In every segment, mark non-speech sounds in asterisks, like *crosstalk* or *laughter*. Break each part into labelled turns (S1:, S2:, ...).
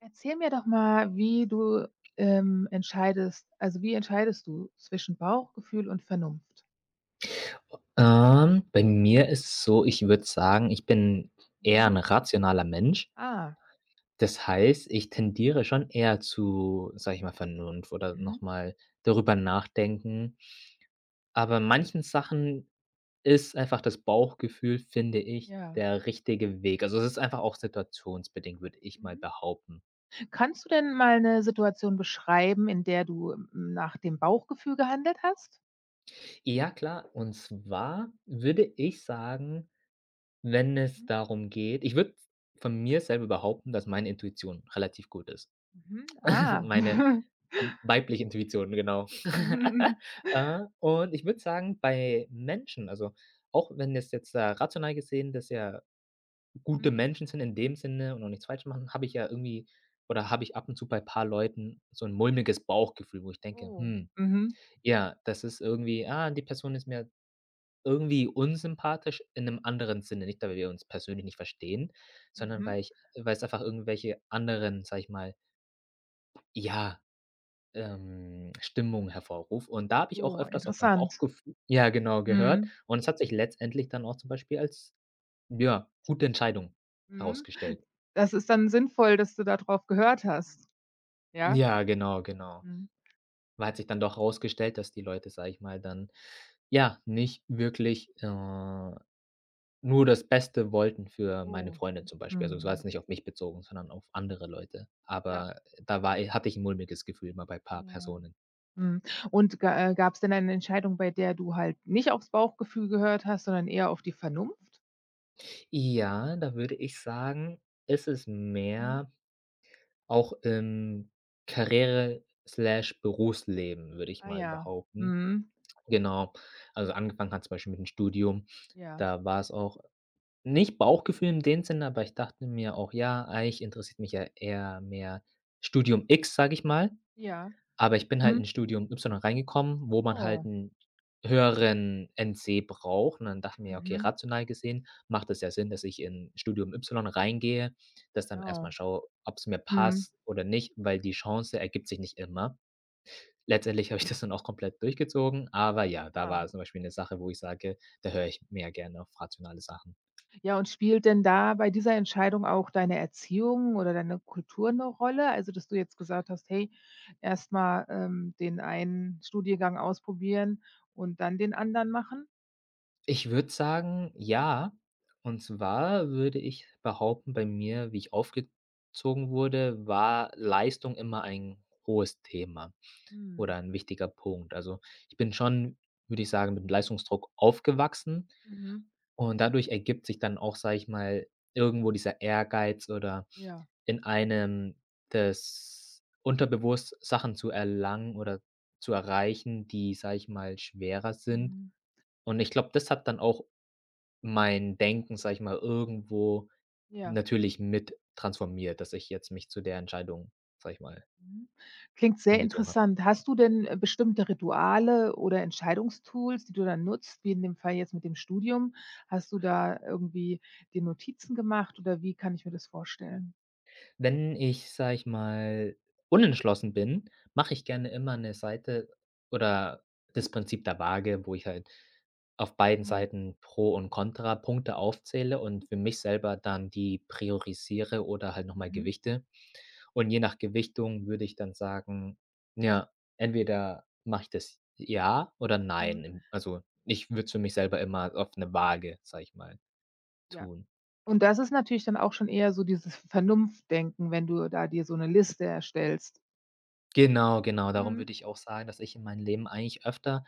S1: Erzähl mir doch mal, wie du entscheidest, also, wie entscheidest du zwischen Bauchgefühl und Vernunft?
S2: Bei mir ist es so, ich würde sagen, ich bin eher
S1: Mhm.
S2: ein rationaler Mensch.
S1: Ah,
S2: Das heißt, ich tendiere schon eher zu, sage ich mal, Vernunft oder
S1: mhm,
S2: noch mal darüber nachdenken. Aber in manchen Sachen ist einfach das Bauchgefühl, finde ich,
S1: ja.
S2: der richtige Weg. Also, es ist einfach auch situationsbedingt, würde ich mal
S1: Mhm.
S2: behaupten.
S1: Kannst du denn mal eine Situation beschreiben, in der du nach dem Bauchgefühl gehandelt hast?
S2: Ja, klar, und zwar würde ich sagen, wenn es
S1: Mhm.
S2: darum geht ich würde von mir selber behaupten, dass meine Intuition relativ gut ist.
S1: Mhm,
S2: *laughs*
S1: ah.
S2: Meine,
S1: *laughs*
S2: weibliche Intuition, genau. *laughs*
S1: Mhm.
S2: Und ich würde sagen, bei Menschen also, auch wenn es jetzt da rational gesehen dass ja gute Menschen sind in dem Sinne und auch nichts falsch machen, habe ich ja irgendwie oder habe ich ab und zu bei ein paar Leuten so ein mulmiges Bauchgefühl, wo ich denke:
S1: Oh,
S2: „Hm,
S1: mhm.
S2: ja, das ist irgendwie die Person ist mir irgendwie unsympathisch in einem anderen Sinne.“ Nicht, weil wir uns persönlich nicht verstehen, sondern
S1: Mhm.
S2: weil es einfach irgendwelche anderen, sage ich mal, ja, Stimmung hervorruft. Und da habe ich auch
S1: Oh,
S2: öfters auf mein
S1: interessant.
S2: Bauchgefühl, ja, genau, gehört.
S1: Mhm,
S2: Und es hat sich letztendlich dann auch zum Beispiel als, ja, gute Entscheidung
S1: mhm.
S2: herausgestellt.
S1: Das ist dann sinnvoll, dass du darauf gehört hast, ja?
S2: Ja, genau, genau.
S1: Mhm.
S2: Weil hat sich dann doch herausgestellt, dass die Leute, sage ich mal, dann, ja, nicht wirklich, nur das Beste wollten für meine
S1: Oh,
S2: Freundin zum Beispiel. Also, es war
S1: mhm.
S2: jetzt nicht auf mich bezogen, sondern auf andere Leute. Aber da war hatte ich ein mulmiges Gefühl mal bei ein paar
S1: Ja.
S2: Personen.
S1: Mhm. Und ga gab's denn eine Entscheidung, bei der du halt nicht aufs Bauchgefühl gehört hast, sondern eher auf die Vernunft?
S2: Ja, da würde ich sagen, ist es
S1: Mhm.
S2: mehr. Auch im Karriere/Berufsleben, slash Berufsleben, würde ich
S1: Ah
S2: mal
S1: ja.
S2: behaupten.
S1: Mhm.
S2: Genau. Also, angefangen hat zum Beispiel mit dem Studium.
S1: Ja.
S2: Da war es auch nicht Bauchgefühl in dem Sinne, aber ich dachte mir auch: „Ja, eigentlich interessiert mich ja eher mehr Studium X“, sage ich mal.
S1: Ja.
S2: Aber ich bin halt in
S1: Mhm.
S2: Studium Y reingekommen, wo man halt
S1: Oh.
S2: 'n höheren NC braucht, und dann dachte ich mir, ja: „Okay,
S1: Mhm.
S2: rational gesehen macht es ja Sinn, dass ich in Studium Y reingehe, das dann erst mal
S1: Genau.
S2: schaue, ob's mir
S1: Mhm.
S2: passt oder nicht, weil die Chance ergibt sich nicht immer.“ Letztendlich *laughs* habe ich das dann auch komplett durchgezogen, aber ja, da
S1: Ah.
S2: war zum Beispiel 'ne Sache, wo ich sage, da höre ich mehr gerne auf rationale Sachen.
S1: Ja, und spielt denn da bei dieser Entscheidung auch deine Erziehung oder deine Kultur 'ne Rolle? Also, dass du jetzt gesagt hast: „Hey, erst mal, den einen Studiengang ausprobieren und dann den anderen machen?“
S2: Ich würde sagen, ja. Und zwar würde ich behaupten, bei mir, wie ich aufgezogen wurde, war Leistung immer ein hohes Thema
S1: Mhm.
S2: oder ein wichtiger Punkt. Also, ich bin schon, würde ich sagen, mit 'm Leistungsdruck aufgewachsen,
S1: Mhm.
S2: und dadurch ergibt sich dann auch, sage ich mal, irgendwo dieser Ehrgeiz oder
S1: Ja.
S2: in einem das unterbewusst Sachen zu erlangen oder zu erreichen, die, sage ich mal, schwerer sind.
S1: Mhm.
S2: Und ich glaube, das hat dann auch mein Denken, sage ich mal, irgendwo
S1: Ja.
S2: natürlich mit transformiert, dass ich jetzt mich zu der Entscheidung, sage ich mal,
S1: Mhm. Klingt sehr
S2: hingezogen habe.
S1: interessant. Hast du denn, bestimmte Rituale oder Entscheidungstools, die du dann nutzt, wie in dem Fall jetzt mit dem Studium? Hast du da irgendwie dir Notizen gemacht oder wie kann ich mir das vorstellen?
S2: Wenn ich, sage ich mal, unentschlossen bin, mache ich gerne immer eine Seite oder das Prinzip der Waage, wo ich halt auf beiden
S1: Mhm.
S2: Seiten Pro und Contra Punkte aufzähle und für mich selber dann die priorisiere oder halt noch mal
S1: Mhm.
S2: gewichte. Und je nach Gewichtung würde ich dann sagen, ja, entweder mache ich das ja oder
S1: Mhm.
S2: nein. Im also, ich würde es für mich selber immer auf eine Waage, sage ich mal,
S1: Ja.
S2: tun.
S1: Und das ist natürlich dann auch schon eher so dieses Vernunftdenken, wenn du da dir so eine Liste erstellst.
S2: Genau, genau. Darum
S1: Mhm.
S2: würde ich auch sagen, dass ich in meinem Leben eigentlich öfter,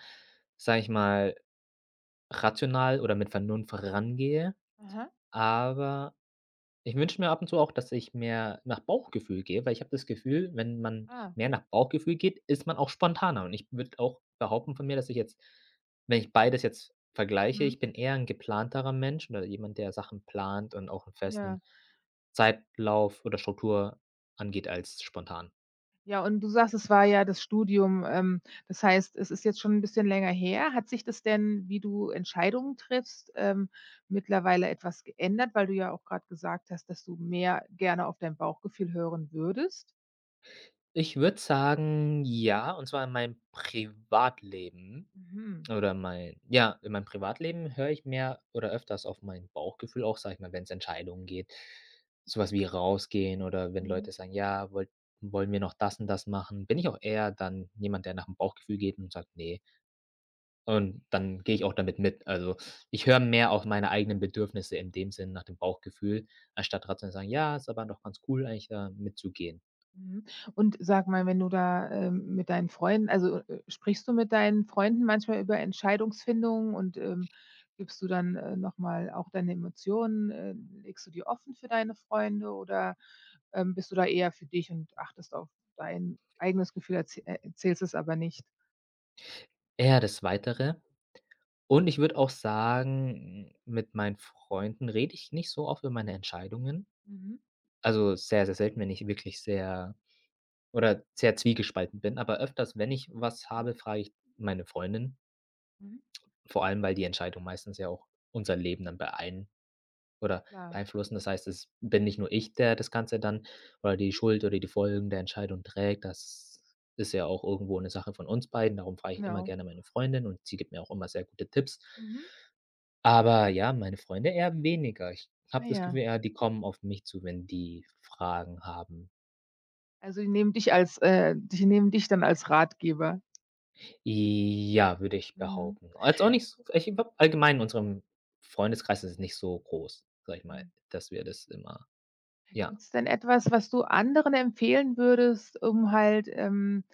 S2: sage ich mal, rational oder mit Vernunft rangehe,
S1: Aha.
S2: aber ich wünsche mir ab und zu auch, dass ich mehr nach Bauchgefühl gehe, weil ich habe das Gefühl, wenn man
S1: Ah.
S2: mehr nach Bauchgefühl geht, ist man auch spontaner. Und ich würde auch behaupten von mir, dass ich jetzt, wenn ich beides jetzt vergleiche,
S1: Mhm.
S2: ich bin eher ein geplanterer Mensch oder jemand, der Sachen plant und auch 'n
S1: Ja.
S2: festen Zeitlauf oder Struktur angeht als spontan.
S1: Ja, und du sagst, es war ja das Studium. Das heißt, es ist jetzt schon 'n bisschen länger her. Hat sich das denn, wie du Entscheidungen triffst, mittlerweile etwas geändert, weil du ja auch grad gesagt hast, dass du mehr gerne auf dein Bauchgefühl hören würdest?
S2: Ich würde sagen, ja, und zwar in meinem Privatleben.
S1: Mhm.
S2: Oder mein, ja, in meinem Privatleben höre ich mehr oder öfters auf mein Bauchgefühl auch, sage ich mal, wenn es Entscheidungen geht. Sowas wie rausgehen oder wenn
S1: Mhm.
S2: Leute sagen: „Ja, wollt wollen wir noch das und das machen?“ Bin ich auch eher dann jemand, der nach dem Bauchgefühl geht und sagt: nee. Und dann gehe ich auch damit mit. Also, ich höre mehr auf meine eigenen Bedürfnisse in dem Sinn nach dem Bauchgefühl, anstatt rational zu sagen: „Ja, ist aber doch ganz cool eigentlich da mitzugehen.“
S1: Mhm. Und sag mal, wenn du da, mit deinen Freunden, also, sprichst du mit deinen Freunden manchmal über Entscheidungsfindungen und, gibst du dann, noch mal auch deine Emotionen, legst du die offen für deine Freunde oder, bist du da eher für dich und achtest auf dein eigenes Gefühl, erzählst es aber nicht?
S2: Eher das Weitere. Und ich würde auch sagen, mit meinen Freunden rede ich nicht so oft über meine Entscheidungen.
S1: Mhm.
S2: Also, sehr, sehr selten, wenn ich wirklich sehr oder sehr zwiegespalten bin, aber öfters, wenn ich was
S1: Mhm.
S2: habe, frage ich meine Freundin,
S1: Mhm.
S2: vor allem, weil die Entscheidung meistens ja auch unser Leben dann oder
S1: Klar.
S2: beeinflussen. Das heißt, es bin nicht nur ich, der das Ganze dann oder die
S1: Mhm.
S2: Schuld oder die Folgen der Entscheidung trägt. Das ist ja auch irgendwo eine Sache von uns beiden. Darum frage ich immer
S1: Genau.
S2: gerne meine Freundin, und sie gibt mir auch immer sehr gute Tipps.
S1: Mhm.
S2: Aber ja, meine Freunde eher weniger. Ich
S1: Ah
S2: habe das
S1: ja.
S2: Gefühl, ja, die kommen auf mich zu, wenn die Fragen haben.
S1: Also, die nehmen dich als, die nehmen dich dann als Ratgeber.
S2: Ja, würde ich
S1: Mhm.
S2: behaupten. Jetzt auch nicht so, ich glaube allgemein in unserem Freundeskreis ist es nicht so groß, sage ich mal,
S1: Mhm.
S2: dass wir das immer, ja.
S1: Gibt's denn etwas, was du anderen empfehlen würdest, um halt,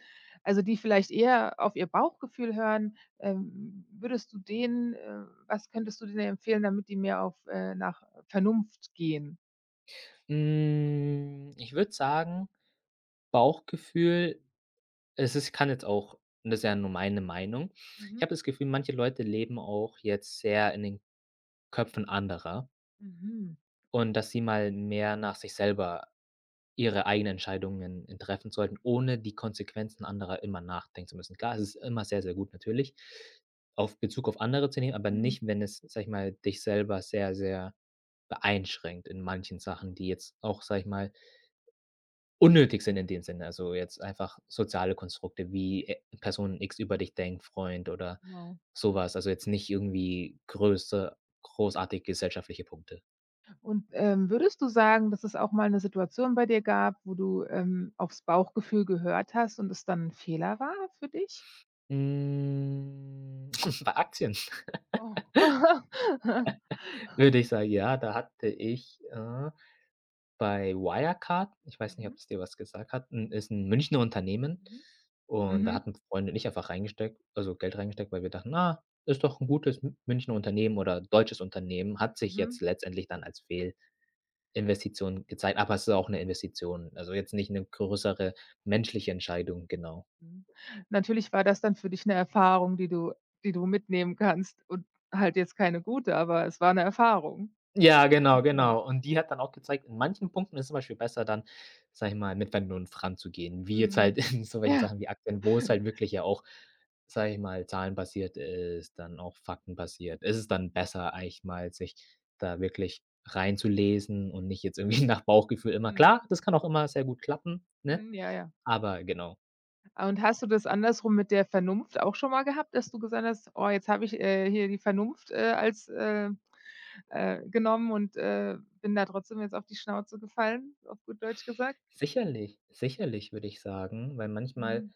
S1: also, die vielleicht eher auf ihr Bauchgefühl hören, würdest du denen, was könntest du denen empfehlen, damit die mehr auf, nach Vernunft gehen?
S2: Hm, ich würde sagen, Bauchgefühl, es ist kann jetzt auch und das ist ja nur meine Meinung. Ich
S1: Mhm,
S2: habe das Gefühl, manche Leute leben auch jetzt sehr in den Köpfen anderer
S1: mhm,
S2: und dass sie mal mehr nach sich selber ihre eigenen Entscheidungen, treffen sollten, ohne die Konsequenzen anderer immer nachdenken zu müssen. Klar, es ist immer sehr, sehr gut natürlich, auf Bezug auf andere zu nehmen, aber
S1: mhm,
S2: nicht, wenn es, sage ich mal, dich selber sehr, sehr beeinschränkt in manchen Sachen, die jetzt auch, sage ich mal, unnötig sind in
S1: Mhm,
S2: dem Sinne. Also jetzt einfach soziale Konstrukte, wie, Person X über dich denkt, Freund oder
S1: genau.
S2: sowas. Also jetzt nicht irgendwie größte großartig gesellschaftliche Punkte.
S1: Und, würdest du sagen, dass es auch mal eine Situation bei dir gab, wo du, aufs Bauchgefühl gehört hast und es dann ein Fehler war für dich?
S2: Hm, *laughs* bei Aktien.
S1: Oh. *laughs*
S2: Würde ich sagen, ja, da hatte ich, bei Wirecard, ich weiß nicht,
S1: Mhm,
S2: ob es dir was gesagt hat, 'n ist ein Münchner Unternehmen,
S1: mhm,
S2: und da
S1: Mhm.
S2: hatten Freunde nicht einfach reingesteckt, also, Geld reingesteckt, weil wir dachten: „Na, ist doch ein gutes M Münchner Unternehmen oder deutsches Unternehmen.“ Hat sich
S1: Mhm.
S2: jetzt letztendlich dann als Fehlinvestition gezeigt, aber es ist auch eine Investition, also, jetzt nicht eine größere menschliche Entscheidung, genau.
S1: Mhm. Natürlich war das dann für dich 'ne Erfahrung, die du mitnehmen kannst und halt jetzt keine gute, aber es war 'ne Erfahrung.
S2: Ja, genau,
S1: Ja.
S2: genau. Und die hat dann auch gezeigt, in manchen Punkten ist es zum Beispiel besser dann, sage ich mal, mit Wenden und Vern zu gehen, wie jetzt halt
S1: Mhm.
S2: *laughs* in so
S1: *laughs*
S2: welchen
S1: Ja.
S2: Sachen wie Aktien, wo es halt wirklich, ja auch, sage ich mal, zahlenbasiert ist, dann auch faktenbasiert. Ist es dann besser, eigentlich mal sich da wirklich reinzulesen und nicht jetzt irgendwie *laughs* nach Bauchgefühl immer.
S1: Mhm.
S2: Klar, das kann auch immer sehr gut klappen, ne?
S1: Mhm, ja, ja.
S2: Aber genau.
S1: Ah, und hast du das andersrum mit der Vernunft auch schon mal gehabt, dass du gesagt hast: „Oh, jetzt habe ich, hier die Vernunft, als genommen und, bin da trotzdem jetzt auf die Schnauze gefallen“, auf gut Deutsch gesagt?
S2: Sicherlich, sicherlich würde ich sagen, weil manchmal
S1: Mhm.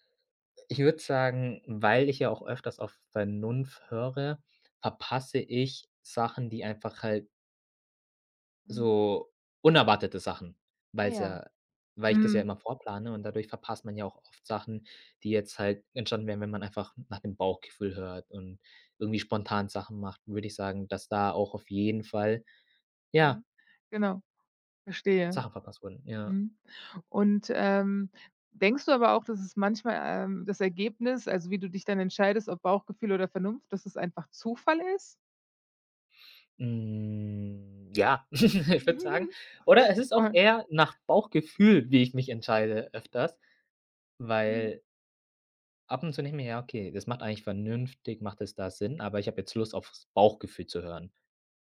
S2: ich würde sagen, weil ich ja auch öfters auf Vernunft höre, verpasse ich Sachen, die einfach halt
S1: Mhm.
S2: so, unerwartete Sachen,
S1: Ah
S2: weil's
S1: ja.
S2: ja weil ich das ja
S1: Mhm.
S2: immer vorplane, und dadurch verpasst man ja auch oft Sachen, die jetzt halt entstanden wären, wenn man einfach nach dem Bauchgefühl hört und irgendwie spontan Sachen macht, würde ich sagen, dass da auch auf jeden Fall, ja,
S1: Mhm. Genau, verstehe.
S2: Sachen verpasst wurden, ja.
S1: Mhm. Und, denkst du aber auch, dass es manchmal, das Ergebnis, also wie du dich dann entscheidest, ob Bauchgefühl oder Vernunft, dass es einfach Zufall ist?
S2: Hm, ja, *laughs* ich würde sagen,
S1: *laughs*
S2: oder es ist auch
S1: Oder
S2: eher nach Bauchgefühl, wie ich mich entscheide öfters.
S1: Mhm.
S2: Weil ab und zu denke ich mir: „Ja, okay, das macht eigentlich vernünftig macht es da Sinn, aber ich habe jetzt Lust, aufs Bauchgefühl zu hören.“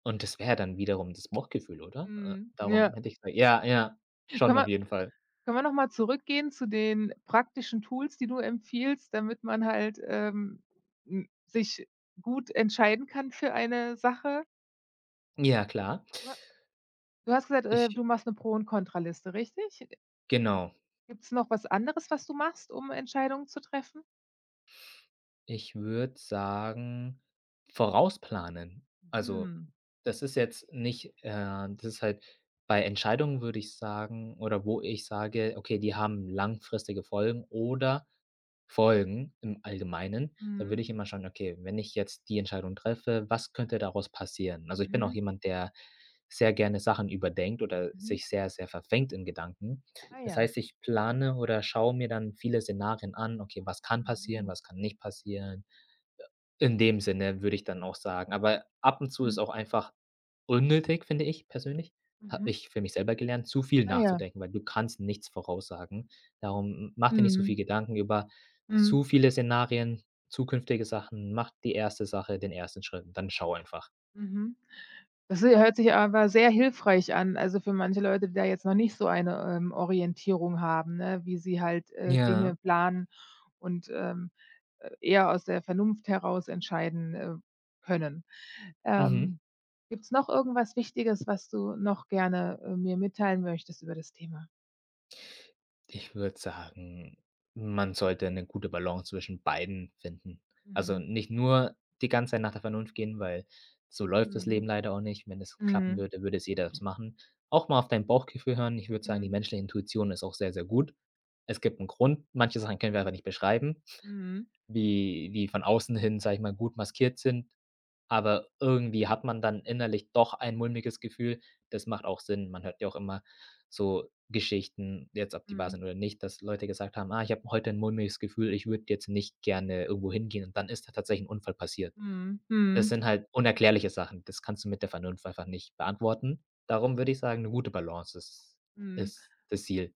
S2: Und das wäre dann wiederum das Bauchgefühl, oder? Äh,
S1: Mhm,
S2: darum
S1: ja.
S2: hätte ich gesagt, ja, ja, schon
S1: Können
S2: auf
S1: wir
S2: jeden Fall.
S1: können wir noch mal zurückgehen zu den praktischen Tools, die du empfiehlst, damit man halt, sich gut entscheiden kann für eine Sache?
S2: Ja, klar.
S1: Du ha du hast gesagt,
S2: Ich,
S1: du machst eine Pro- und Kontraliste, richtig?
S2: genau.
S1: Gibt es noch was anderes, was du machst, um Entscheidungen zu treffen?
S2: Ich würde sagen, vorausplanen. Also,
S1: Mhm.
S2: das ist jetzt nicht, das ist halt bei Entscheidungen, würde ich sagen, oder wo ich sage: „Okay, die haben langfristige Folgen oder Folgen im Allgemeinen.“ Da würde
S1: Mhm.
S2: ich immer schauen: „Okay, wenn ich jetzt die Entscheidung treffe, was könnte daraus passieren?“ Also, ich bin auch
S1: Mhm.
S2: jemand, der sehr gerne Sachen überdenkt oder
S1: Mhm.
S2: sich sehr, sehr verfängt in Gedanken.
S1: Ah
S2: Das
S1: ja.
S2: heißt, ich plane oder schaue mir dann viele Szenarien an. Okay, was kann passieren,
S1: Mhm.
S2: was kann nicht passieren? In dem Sinne würde ich dann auch sagen. Aber ab und zu ist
S1: Mhm.
S2: auch einfach unnötig, finde ich persönlich. Habe
S1: Mhm.
S2: ich für mich selber gelernt, zu viel
S1: Ah ja.
S2: nachzudenken, weil du kannst nichts voraussagen. Darum mach dir nicht so viel
S1: Mhm.
S2: Gedanken über zu
S1: Mhm.
S2: viele Szenarien, zukünftige Sachen. Mach die erste Sache, den ersten Schritt und dann schau einfach.
S1: Mhm. Das hö hört sich aber sehr hilfreich an, also, für manche Leute, die da jetzt noch nicht so eine, Orientierung haben, ne, wie sie halt,
S2: Ja.
S1: Dinge planen und, eher aus der Vernunft heraus entscheiden, können.
S2: Mhm.
S1: Ähm, Gibt's noch irgendwas Wichtiges, was du noch gerne, mir mitteilen möchtest über das Thema?
S2: Ich würde sagen, man sollte eine gute Balance zwischen beiden finden. Also,
S1: Mhm.
S2: nicht nur die ganze Zeit nach der Vernunft gehen, weil so läuft das Leben
S1: Mhm.
S2: leider auch nicht. Wenn es klappen
S1: Mhm.
S2: würde, würde es jeder so machen. Auch mal auf dein Bauchgefühl hören. Ich würde sagen, die
S1: Mhm.
S2: menschliche Intuition ist auch sehr, sehr gut. Es gibt einen Grund. Manche Sachen können wir einfach nicht beschreiben,
S1: Mhm.
S2: wie von außen hin, sage ich mal, gut maskiert sind. Aber irgendwie hat man dann innerlich doch ein mulmiges Gefühl. Das macht auch Sinn. Man hört ja auch immer so Geschichten, jetzt ob die wahr
S1: Mhm.
S2: sind oder nicht, dass Leute gesagt haben: „Ah, ich habe heute ein mulmiges Gefühl, ich würde jetzt nicht gerne irgendwo hingehen.“ Und dann ist da tatsächlich ein Unfall passiert.
S1: Mhm,
S2: Das
S1: mhm,
S2: sind halt unerklärliche Sachen. Das kannst du mit der Vernunft einfach nicht beantworten. Darum würde ich sagen, eine gute Balance ist
S1: mhm.
S2: ist das Ziel.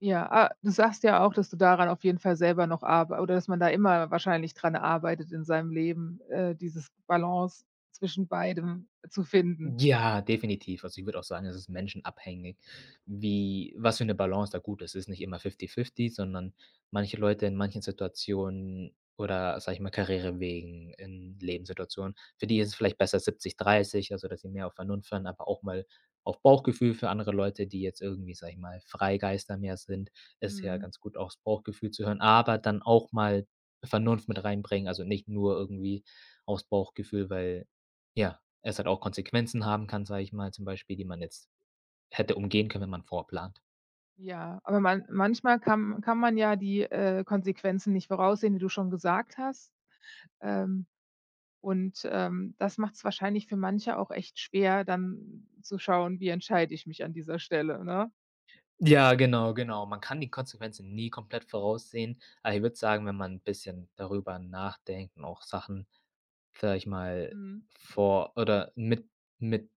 S1: Ja, ah, du sagst ja auch, dass du daran auf jeden Fall selber noch arbei oder dass man da immer wahrscheinlich dran arbeitet in seinem Leben, dieses Balance zwischen beidem zu finden.
S2: Ja, definitiv. Also, ich würde auch sagen, es ist menschenabhängig, wie was für eine Balance da gut ist. Es ist nicht immer fifty-fifty, sondern manche Leute in manchen Situationen oder, sage ich mal, Karriere wegen, in Lebenssituationen, für die ist es vielleicht besser 70-30, also, dass sie mehr auf Vernunft hören, aber auch mal auf Bauchgefühl. Für andere Leute, die jetzt irgendwie, sage ich mal, Freigeister mehr sind, ist ja
S1: Mhm,
S2: ganz gut, auch das Bauchgefühl zu hören, aber dann auch mal Vernunft mit reinbringen, also, nicht nur irgendwie aus Bauchgefühl, weil ja. Es halt auch Konsequenzen haben kann, sage ich mal, zum Beispiel, die man jetzt hätte umgehen können, wenn man vorplant.
S1: ja, aber man manchmal kann man ja die, Konsequenzen nicht voraussehen, die du schon gesagt hast, ähm, und das macht's wahrscheinlich für manche auch echt schwer, dann zu schauen: „Wie entscheide ich mich an dieser Stelle“, ne?
S2: Ja, genau, genau. Man kann die Konsequenzen nie komplett voraussehen, aber ich würde sagen, wenn man ein bisschen darüber nachdenkt und auch Sachen, sage ich mal,
S1: Mhm.
S2: vor oder mit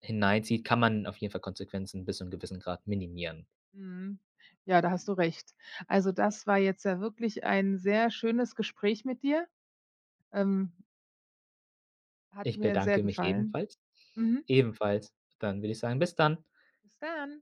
S2: hineinzieht, kann man auf jeden Fall Konsequenzen bis zu einem gewissen Grad minimieren.
S1: Mhm. Ja, da hast du recht. Also, das war jetzt ja wirklich ein sehr schönes Gespräch mit dir. Ähm, Hat
S2: Ich
S1: mir sehr
S2: bedanke mich
S1: gefallen.
S2: ebenfalls.
S1: Mhm.
S2: Ebenfalls. Dann würde ich sagen, bis dann.
S1: Bis dann.